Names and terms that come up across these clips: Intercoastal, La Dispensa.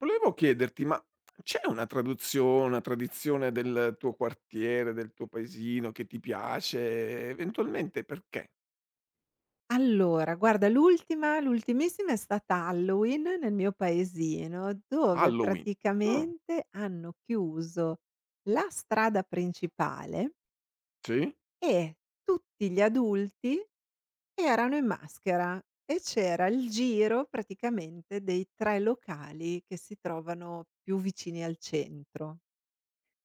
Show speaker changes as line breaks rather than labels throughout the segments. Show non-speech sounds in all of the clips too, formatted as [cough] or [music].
Volevo chiederti, ma c'è una tradizione del tuo quartiere, del tuo paesino che ti piace? Eventualmente perché?
Allora, guarda l'ultimissima è stata Halloween nel mio paesino, dove
Halloween. Ah,
praticamente hanno chiuso la strada principale
sì?
e tutti gli adulti erano in maschera e c'era il giro praticamente dei 3 locali che si trovano più vicini al centro.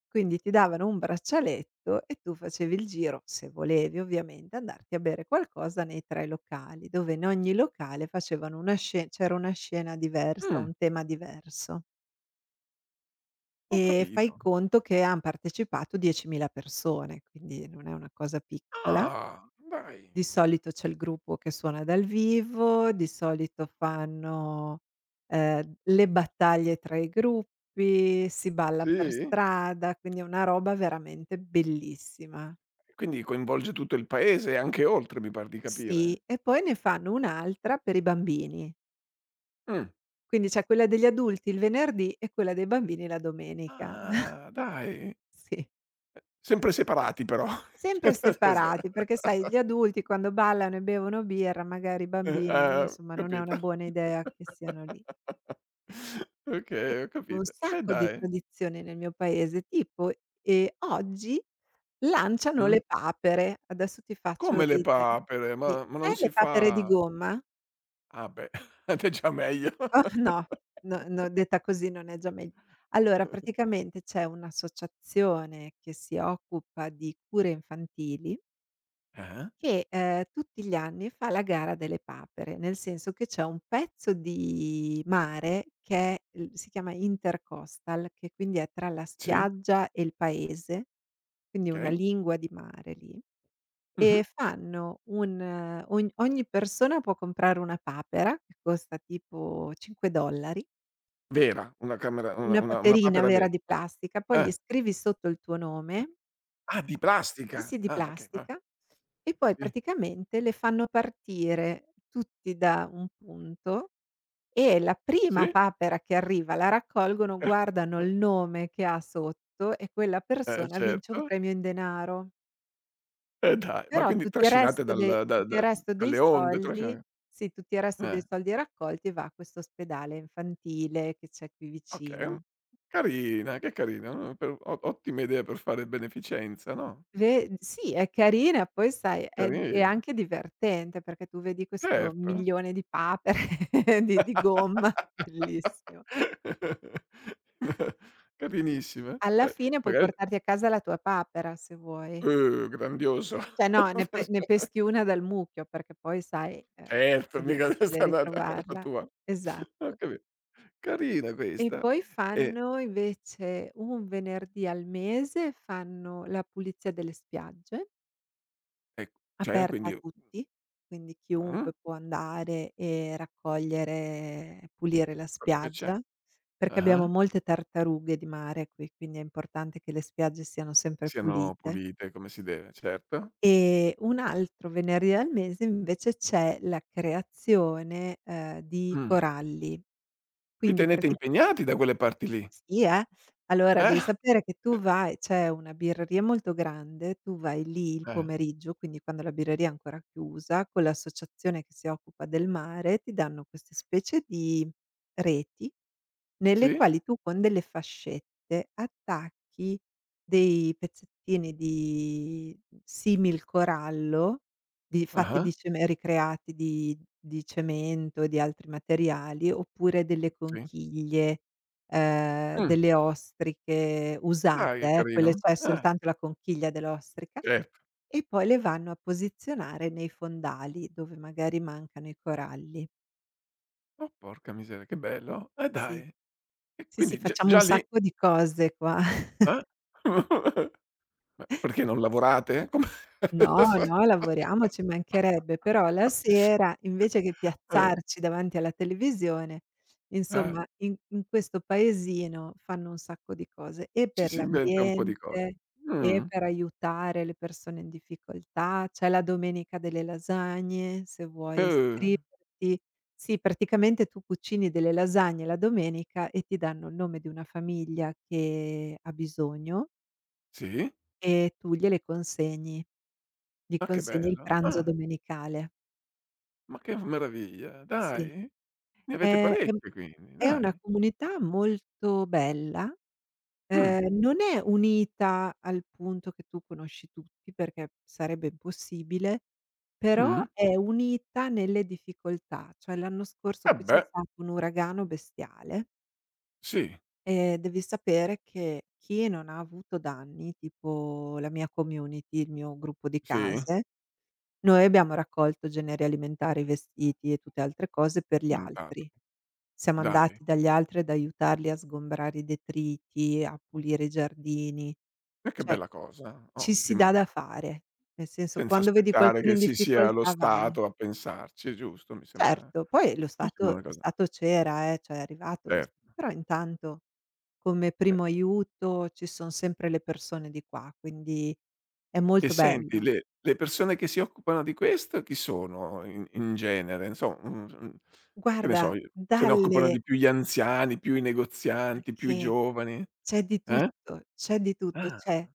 Quindi ti davano un braccialetto e tu facevi il giro, se volevi ovviamente, andarti a bere qualcosa nei 3 locali, dove in ogni locale facevano una sce c'era una scena diversa,
Mh,
un tema diverso.
ho
E fai
capito.
conto che han partecipato 10.000 persone, quindi non è una cosa piccola.
Ah, dai.
Di solito c'è il gruppo che suona dal vivo, di solito fanno, le battaglie tra i gruppi, si balla per
Sì?
strada, quindi è una roba veramente bellissima.
Quindi coinvolge tutto il paese e anche oltre, mi par di
Sì,
capire?
e poi ne fanno un'altra per i bambini.
Mh.
Quindi c'è quella degli adulti il venerdì e quella dei bambini la domenica. [laughs]
Ah, dai.
Sì,
Sempre separati però.
sempre separati, perché sai
[laughs]
gli adulti quando ballano e bevono birra, magari i bambini, no, insomma non è una
Capito.
buona idea che siano lì.
[laughs] Okay, ho
Un
capito. E
sacco di
dai.
tradizioni nel mio paese, tipo, oggi lanciano
Mh.
le papere. Adesso ti faccio
Come le
ridere.
papere?
Sì,
Ma
sai
non
le
si
papere di
fa.
gomma? [laughs]
Ah beh, [laughs] è già meglio.
Oh no, no no, detta così non è già meglio. Allora praticamente c'è un'associazione che si occupa di cure infantili.
Eh,
Che, tutti gli anni fa la gara delle papere, nel senso che c'è un pezzo di mare che è l si chiama Intercoastal, che quindi è tra la
sì,
spiaggia e il paese, quindi una
okay.
lingua di mare lì,
Mh-mh.
e fanno un ogn ogni persona può comprare una papera, che costa tipo $5,
Vera, una camera
una
una
paperina
papera
vera
vera.
di plastica, poi gli
Eh.
scrivi sotto il tuo
Ah,
nome.
ah, di
Sì,
plastica.
sì, di
Ah, okay, va.
plastica e poi
Sì,
praticamente le fanno partire tutti da un punto e la prima
sì.
papera che arriva la raccolgono, guardano il
[laughs]
nome che ha sotto e quella persona vince un
Certo.
premio in denaro.
E dai, ma
Però
quindi
tutti il
trascinate
resto de
dal da
tutto il
da
resto dei
dalle onde,
soldi,
trascina
sì, tutti il resto dei
eh.
soldi raccolti va a questo ospedale infantile che c'è qui
Okay,
vicino.
carina, che carina, no, per o ottima idea per fare beneficenza, no,
Ve Sì, è carina, poi sai è
carina,
anche divertente perché tu vedi questo
certo.
milione di papere [laughs] di gomma, bellissimo.
[laughs] Carinissima,
Alla fine puoi
magari
portarti a casa la tua papera se vuoi.
grandioso.
Cioè no, ne peschi
[laughs]
una dal mucchio perché poi sai,
Certo,
è
mica
difficile
questa la
ritrovarla.
tua. Ho
Esatto.
capi Carina
E
questa.
poi
E
fanno invece un venerdì al mese fanno la pulizia delle spiagge.
e cioè
Aperta a
quindi,
tutti, quindi
mh,
chiunque può andare e raccogliere pulire la
quello che c'è.
spiaggia, perché abbiamo
Ah-ah.
molte tartarughe di mare qui, quindi è importante che le spiagge siano sempre
Siano
pulite.
pulite come si deve, certo.
E un altro venerdì al mese invece c'è la creazione di
Mh.
coralli.
Vi
Quindi
tenete
praticamente.
impegnati da quelle parti lì,
Sì, eh. Allora devi
eh?
sapere che tu vai c'è una birreria molto grande, tu vai lì il
Eh,
pomeriggio, quindi quando la birreria è ancora chiusa, con l'associazione che si occupa del mare, ti danno queste specie di reti nelle
sì?
quali tu con delle fascette attacchi dei pezzettini di simil corallo, di fatti
Ah-ah,
di ceme ricreati di cemento e di altri materiali, oppure delle
sì.
conchiglie,
Mh,
delle ostriche
dai
usate,
che
eh, quelle
carino.
c'è soltanto la conchiglia dell'ostrica,
Certo.
e poi le vanno a posizionare nei fondali dove magari mancano i coralli.
Oh porca miseria, che bello.
Sì,
Dai, e
sì, sì,
quindi g
facciamo un
già lì,
sacco di cose qua.
eh? [laughs] Ma perché non lavorate? Come? [laughs]
No, no, lavoriamo, ci mancherebbe, però la sera invece che
Eh,
piazzarci davanti alla televisione,
eh,
insomma in questo paesino fanno un sacco di cose e
ci
per
si inventa un po' di cose.
l'ambiente e
Mh,
per aiutare le persone in difficoltà. C'è la domenica delle lasagne, se vuoi
uh,
iscriverti. Sì, praticamente tu cucini delle lasagne la domenica e ti danno il nome di una famiglia che ha bisogno
sì?
e tu gliele consegni. Gli
Ma che
consegni il
bello.
pranzo
Ah,
domenicale,
ma che meraviglia,
sì.
dai. Ne avete
È è m
parecchie quindi,
è una
dai.
comunità molto bella,
Mh.
ehm, non è unita al punto che tu conosci tutti, perché sarebbe impossibile, però
Mh.
è unita nelle difficoltà. Cioè l'anno scorso
Eh
qui c'è
beh,
stato un uragano bestiale
sì,
e devi sapere che chi non ha avuto danni, tipo la mia community, il mio gruppo di
sì,
case. Noi abbiamo raccolto generi alimentari, vestiti e tutte altre cose per gli
cantato,
altri. Siamo
dai.
andati dagli altri ad aiutarli a sgombrare i detriti, a pulire i giardini.
E che
Cioè,
bella cosa,
ci si dà
ottima.
da fare, nel senso
Senza
quando vedi
aspettare
qualcuno
che
in
ci sia lo
difficoltà vai.
Stato a pensarci, è giusto? Mi sembra, eh?
Certo, poi lo
Mi sembra
Stato
una
lo
cosa,
Stato c'era, cioè è arrivato lo Stato,
certo.
però intanto come
ce
primo aiuto ci son sempre le persone di qua, quindi è
E
molto
senti,
bello.
le persone che si occupano di questo chi sono in genere? Che ne
Guarda,
so io, se ne
dalle
occupano di più gli anziani, più i
ma
negozianti, più i
che
giovani?
C'è di
Eh?
tutto, c'è di tutto.
Ah,
C'è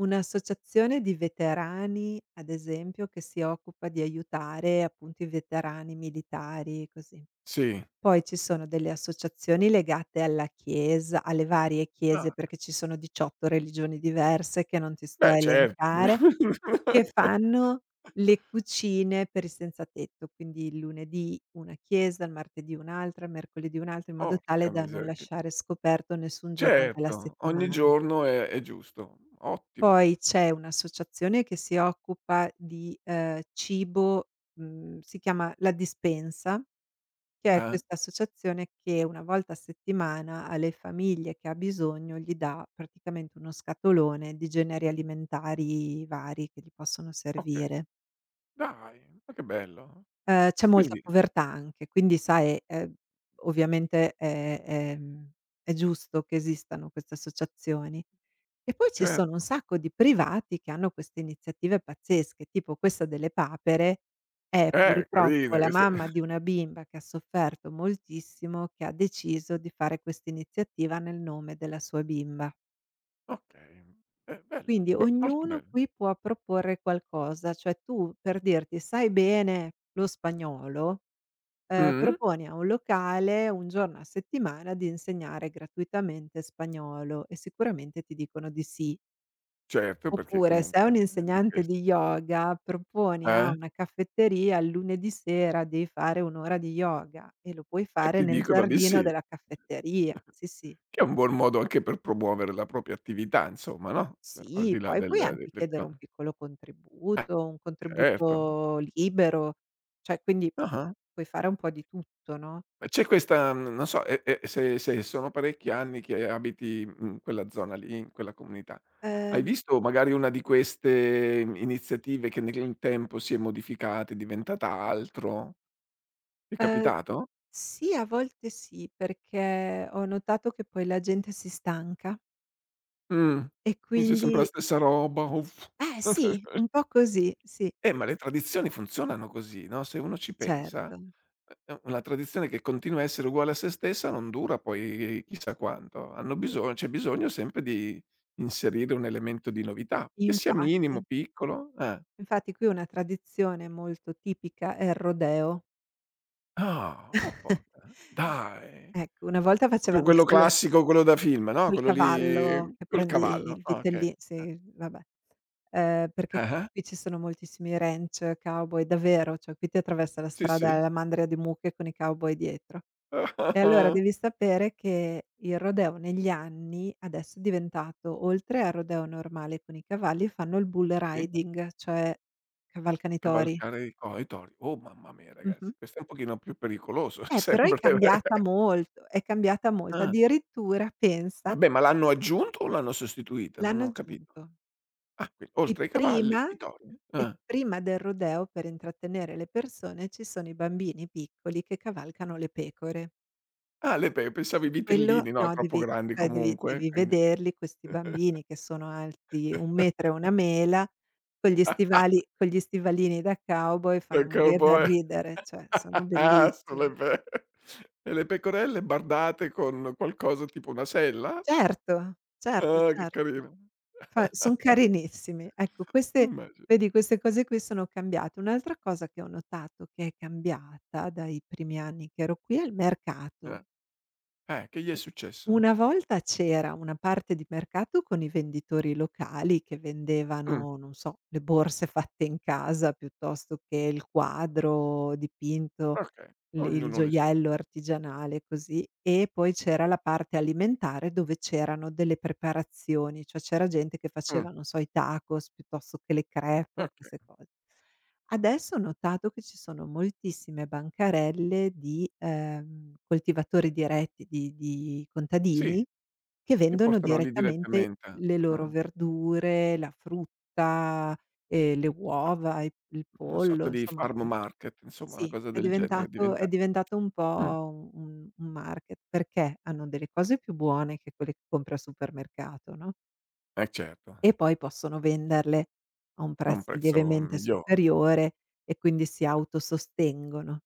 un'associazione di veterani, ad esempio, che si occupa di aiutare appunto i veterani militari, così.
sì.
Poi ci sono delle associazioni legate alla chiesa alle varie chiese,
Ah,
perché ci sono 18 religioni diverse che non ti sto
beh
a
certo.
elencare, che
[laughs]
fanno le cucine per i senza tetto, quindi il lunedì una chiesa, il martedì un'altra, il mercoledì un'altra, in modo tale
Porca
da non
miseria.
lasciare scoperto nessun giorno della
Certo, ogni
settimana.
giorno è giusto. Ottimo.
Poi c'è un'associazione che si occupa di cibo, si chiama La Dispensa, che è
Eh?
questa associazione che una volta a settimana alle famiglie che ha bisogno gli dà praticamente uno scatolone di generi alimentari vari che gli possono
Okay.
servire.
Dai, ma che bello.
C'è molta
Quindi
povertà anche, quindi sai, ovviamente è giusto che esistano queste associazioni. E poi ci
cer
sono un sacco di privati che hanno queste iniziative pazzesche, tipo questa delle papere. È purtroppo
carine
la
queste.
mamma di
[laughs]
una bimba che ha sofferto moltissimo, che ha deciso di fare questa iniziativa nel nome della sua bimba.
Okay. Bello,
Quindi
b molto
ognuno
bello.
qui può proporre qualcosa, cioè tu per dirti: "Sai bene lo spagnolo?" ehm,
Mh,
propone a un locale un giorno a settimana di insegnare gratuitamente spagnolo e sicuramente ti dicono di sì.
certo, perché
Oppure se è un
comunque di
insegnante
ques
di yoga, proponi a
eh?
una caffetteria il lunedì sera devi fare un'ora ora di yoga e lo puoi
E
fare
ti
nel
dicono di
giardino
sì,
della caffetteria. Sì, sì.
che è un buon modo anche per promuovere la propria attività insomma, no, al
Sì,
di là
poi puoi
del
anche
del
chiedere
ca
un piccolo
eh,
contributo, un
certo.
contributo libero, cioè quindi
Ah-ah.
puoi fare un po' di tutto, no?
E c'è questa, non so, e se sono parecchi anni che abiti in quella zona lì, in quella comunità, hai
Ehm
visto magari una di queste iniziative che nel tempo si è modificata, è diventata altro? Ti è
Ehm,
capitato?
sì, a volte sì, perché ho notato che poi la gente si stanca
Mh.
e
Dici sempre la
quindi
stessa roba, uff.
eh sì, un po'
[laughs]
così, sì,
Ma le tradizioni funzionano così, no, se uno ci pensa,
certo.
una tradizione che continua a essere uguale a se stessa non dura poi chissà quanto. Hanno
E
biso C'è bisogno sempre di inserire un elemento di novità, che sia minimo,
infatti,
piccolo, eh.
infatti qui una tradizione molto tipica è il rodeo.
Ah, oh
[laughs]
porca, dai!
Ecco, una volta
Proprio
facevano
quello
solo
classico, quello da film, no,
il
quello lì
cavallo che
col
prendi
cavallo.
il
Ah, okay.
vitelli
Eh.
sì, vabbè, perché
Ah-ah.
qui ci sono moltissimi ranch, cowboy, davvero, cioè qui ti attraversa la
Sì, sì.
strada la mandria di mucche con i cowboy dietro. E allora
[laughs]
devi sapere che il rodeo negli anni adesso è diventato oltre al rodeo normale con i cavalli, fanno il bull
Sì.
riding, cioè cavalcano i tori.
Cavalcare i tori. Oh mamma mia
Mh-mh.
ragazzi, questo è un pochino più pericoloso [laughs]
Però è
sembrerebbe.
cambiata molto, è cambiata molto.
Ah.
Addirittura pensa,
Vabbè, ma l'hanno aggiunto o l'hanno sostituita? Non
l'hanno
ho capito.
aggiunto.
Ah, qui
E
oltre ai cavalli,
prima
i tori.
e
Ah.
prima del rodeo per intrattenere le persone ci sono i bambini piccoli che cavalcano le pecore.
Ah, le pe pensavo
E
i
quello
vitellini, no,
no,
troppo
devi
grandi
cioè devi
comunque,
devi
quindi
vederli questi bambini che sono alti un metro e una
[laughs]
mela, con gli stivalini da cowboy, fanno
il
morire dal
cowboy.
ridere, cioè sono
[laughs]
bellissimi.
Sulle pe E le pecorelle bardate con qualcosa tipo una sella?
Certo, certo,
Ah, che
certo.
carino.
Fa son
[laughs]
carinissimi. Ecco queste
Immagino.
vedi queste cose qui sono cambiate. Un'altra cosa che ho notato che è cambiata dai primi anni che ero qui è il mercato.
Eh. Che gli è successo?
Una volta c'era una parte di mercato con i venditori locali che
Mh,
vendevano, non so, le borse fatte in casa piuttosto che il quadro dipinto,
okay.
il
Ognuno le sue.
gioiello artigianale così, e poi c'era la parte alimentare dove c'erano delle preparazioni, cioè c'era gente che
Mh,
faceva, non so, i tacos piuttosto che le crepe o queste
okay.
cose. Adesso ho notato che ci sono moltissime bancarelle di coltivatori diretti, di
Sì,
contadini, che
che
vendono
portano lì
direttamente
direttamente.
le loro
Ah,
verdure, la frutta, le uova, i il
una
pollo,
sorta di
insomma
farm
poi
market, insomma, una
sì,
cosa
è
del genere è
diventato
diventa.
è diventato un
Mh,
po' un market, perché hanno delle cose più buone che quelle che compri al supermercato, no?
eh certo,
E poi possono venderle a un
a un
prezzo
prezzo
lievemente
migliore,
superiore e quindi si autosostengono.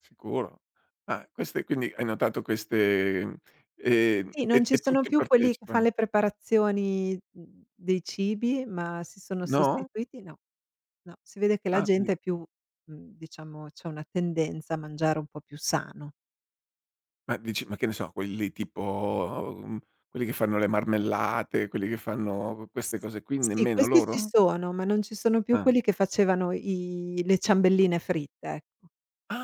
sicuro. Ah, queste quindi hai notato queste,
Sì, non
e
ci
e
sono
tutti
più quelli che fan
partecipano?
le preparazioni, dei cibi, ma si sono
No?
sostituiti no, no, si vede che la
Ah,
gente
quindi
è più, diciamo c'è una tendenza a mangiare un po' più sano.
ma dici ma che ne so, quelli tipo, quelli che fanno le marmellate, quelli che fanno queste
Sì,
cose qui,
sì,
nemmeno
questi ci
loro?
sono, ma non ci sono più
Ah.
quelli che facevano i le ciambelline fritte, ecco,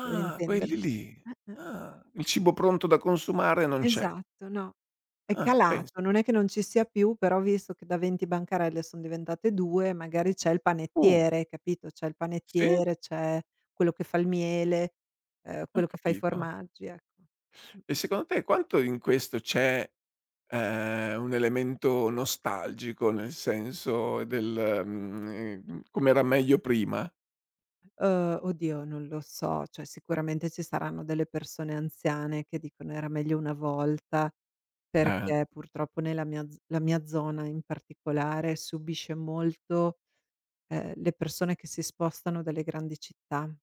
per
quelli
intenderci.
lì.
Eh.
Ah, il cibo pronto da consumare non c'è.
Esatto, no. È
Ah,
calato,
pensa.
non è che non ci sia più, però visto che da 20 bancarelle son diventate 2, magari c'è il
Uh,
panettiere, capito? C'è il
sì?
panettiere, c'è quello che fa il miele,
Ho
quello che fa i
capito.
formaggi, ecco.
E
Mh-mh.
secondo te quanto in questo c'è, un elemento nostalgico, nel senso del, com'era meglio prima?
Oddio non lo so, cioè sicuramente ci saranno delle persone anziane che dicono: "Era meglio una volta",
Eh.
perché purtroppo nella mia z la mia zona in particolare subisce molto, le persone che si spostano dalle grandi città.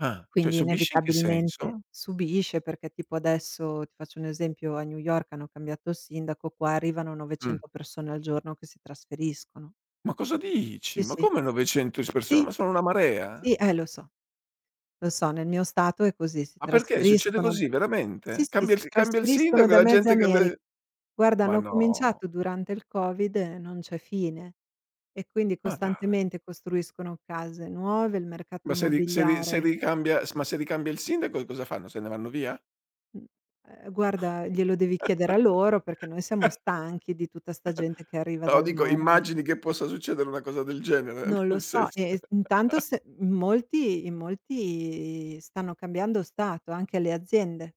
Ah, cioè
Quindi
subisci in che
inevitabilmente
senso?
subisce perché tipo adesso, ti faccio un esempio, a New York hanno cambiato il sindaco, qua arrivano
Mh.
900 persone al giorno che si trasferiscono.
Ma cosa
Sì,
dici? Ma
sì.
come 900 s persone?
Sì,
Ma sono una marea?
sì, lo so, nel mio stato è così, si
Ma perché succede
trasferiscono da
così
sì,
veramente?
sì, si
Cambia il
trasferiscono
sindaco e
da
la
mezza.
gente
Ameri
cambia,
Guarda,
ma
hanno
no.
cominciato durante il Covid e non c'è fine. E quindi
Ma dai,
costantemente costruiscono case nuove, il mercato
ma se ri se ri se
immobiliare
ricambia s ma se ricambia il sindaco cosa fanno? Se ne vanno via?
Mh. Ehm, guarda, glielo devi chiedere a loro perché noi siamo
[laughs]
stanchi di tutta 'sta gente che arriva
No,
dal
dico
nord.
immagini che possa succedere una cosa del genere,
Non
[laughs]
lo
nel
so,
senso
e intanto se in molti stanno cambiando stato, anche le aziende,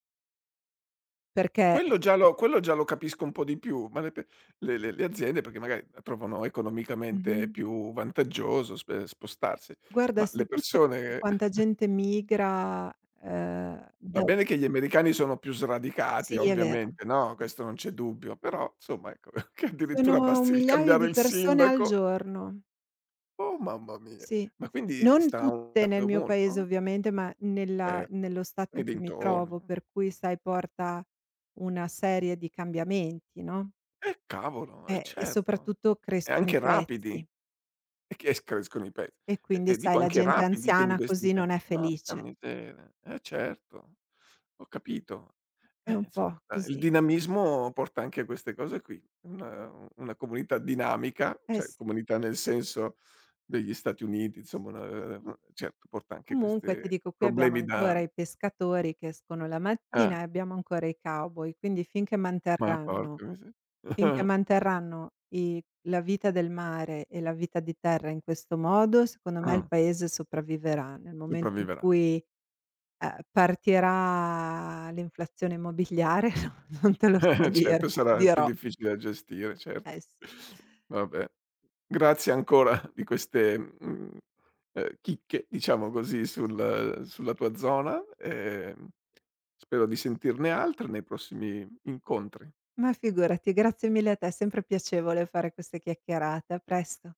perché
quello già lo capisco un po' di più, ma le pe— le aziende perché magari la trovano
mh-mh.
economicamente più vantaggioso sp spostarsi,
Guarda,
ma
se
le
tu cerchi
persone,
quanta gente migra,
va
da
bene che gli americani sono più sradicati
sì, è vero.
ovviamente, no,
Sì.
questo non c'è dubbio, però insomma ecco, [laughs] che addirittura
Sono un
basti il
migliaio
cambiare
di
il
persone al
sindaco.
giorno.
Oh mamma mia!
Sì.
Ma quindi
Non
sta
tutte nel
andando
mio paese
molto?
ovviamente, ma nella
Certo,
nello stato in
nei
cui mi trovo,
dintorni.
per cui sai porta una serie di cambiamenti, no,
Cavolo, eh
e
certo.
soprattutto
E
crescono i
anche rapidi,
prezzi
e che es crescono i pezzi.
e
E
quindi
e
sai
dico
la
anche
gente
rapidi, quindi
anziana
questi
così non
cani.
è
Porca
felice.
miseria, eh certo, ho capito.
È un
Insomma,
po'
il
così.
dinamismo porta anche a queste cose qui. Una comunità dinamica,
Eh
cioè
sì.
comunità nel senso degli Stati Uniti, insomma una, eh, certo porta anche
Comunque ti
queste
dico qui abbiamo
problemi da
ancora i pescatori che escono la
eh.
mattina e abbiamo ancora i cowboy, quindi finché
Ma
manterranno
porca miser—
Finché
[laughs]
manterranno i la vita del mare e la vita di terra in questo modo, secondo me il paese sopravviverà. Nel momento in
sopravviverà.
cui, partirà l'inflazione immobiliare, [laughs] no non te lo so
[laughs] Certo,
dire, ti
sarà più
dirò.
difficile da gestire, certo.
Eh sì.
Vabbè. Grazie ancora di queste, chicche, diciamo così, sulla tua zona, spero di sentirne altre nei prossimi incontri.
Ma figurati, grazie mille a te, è sempre piacevole fare queste chiacchierate. A presto.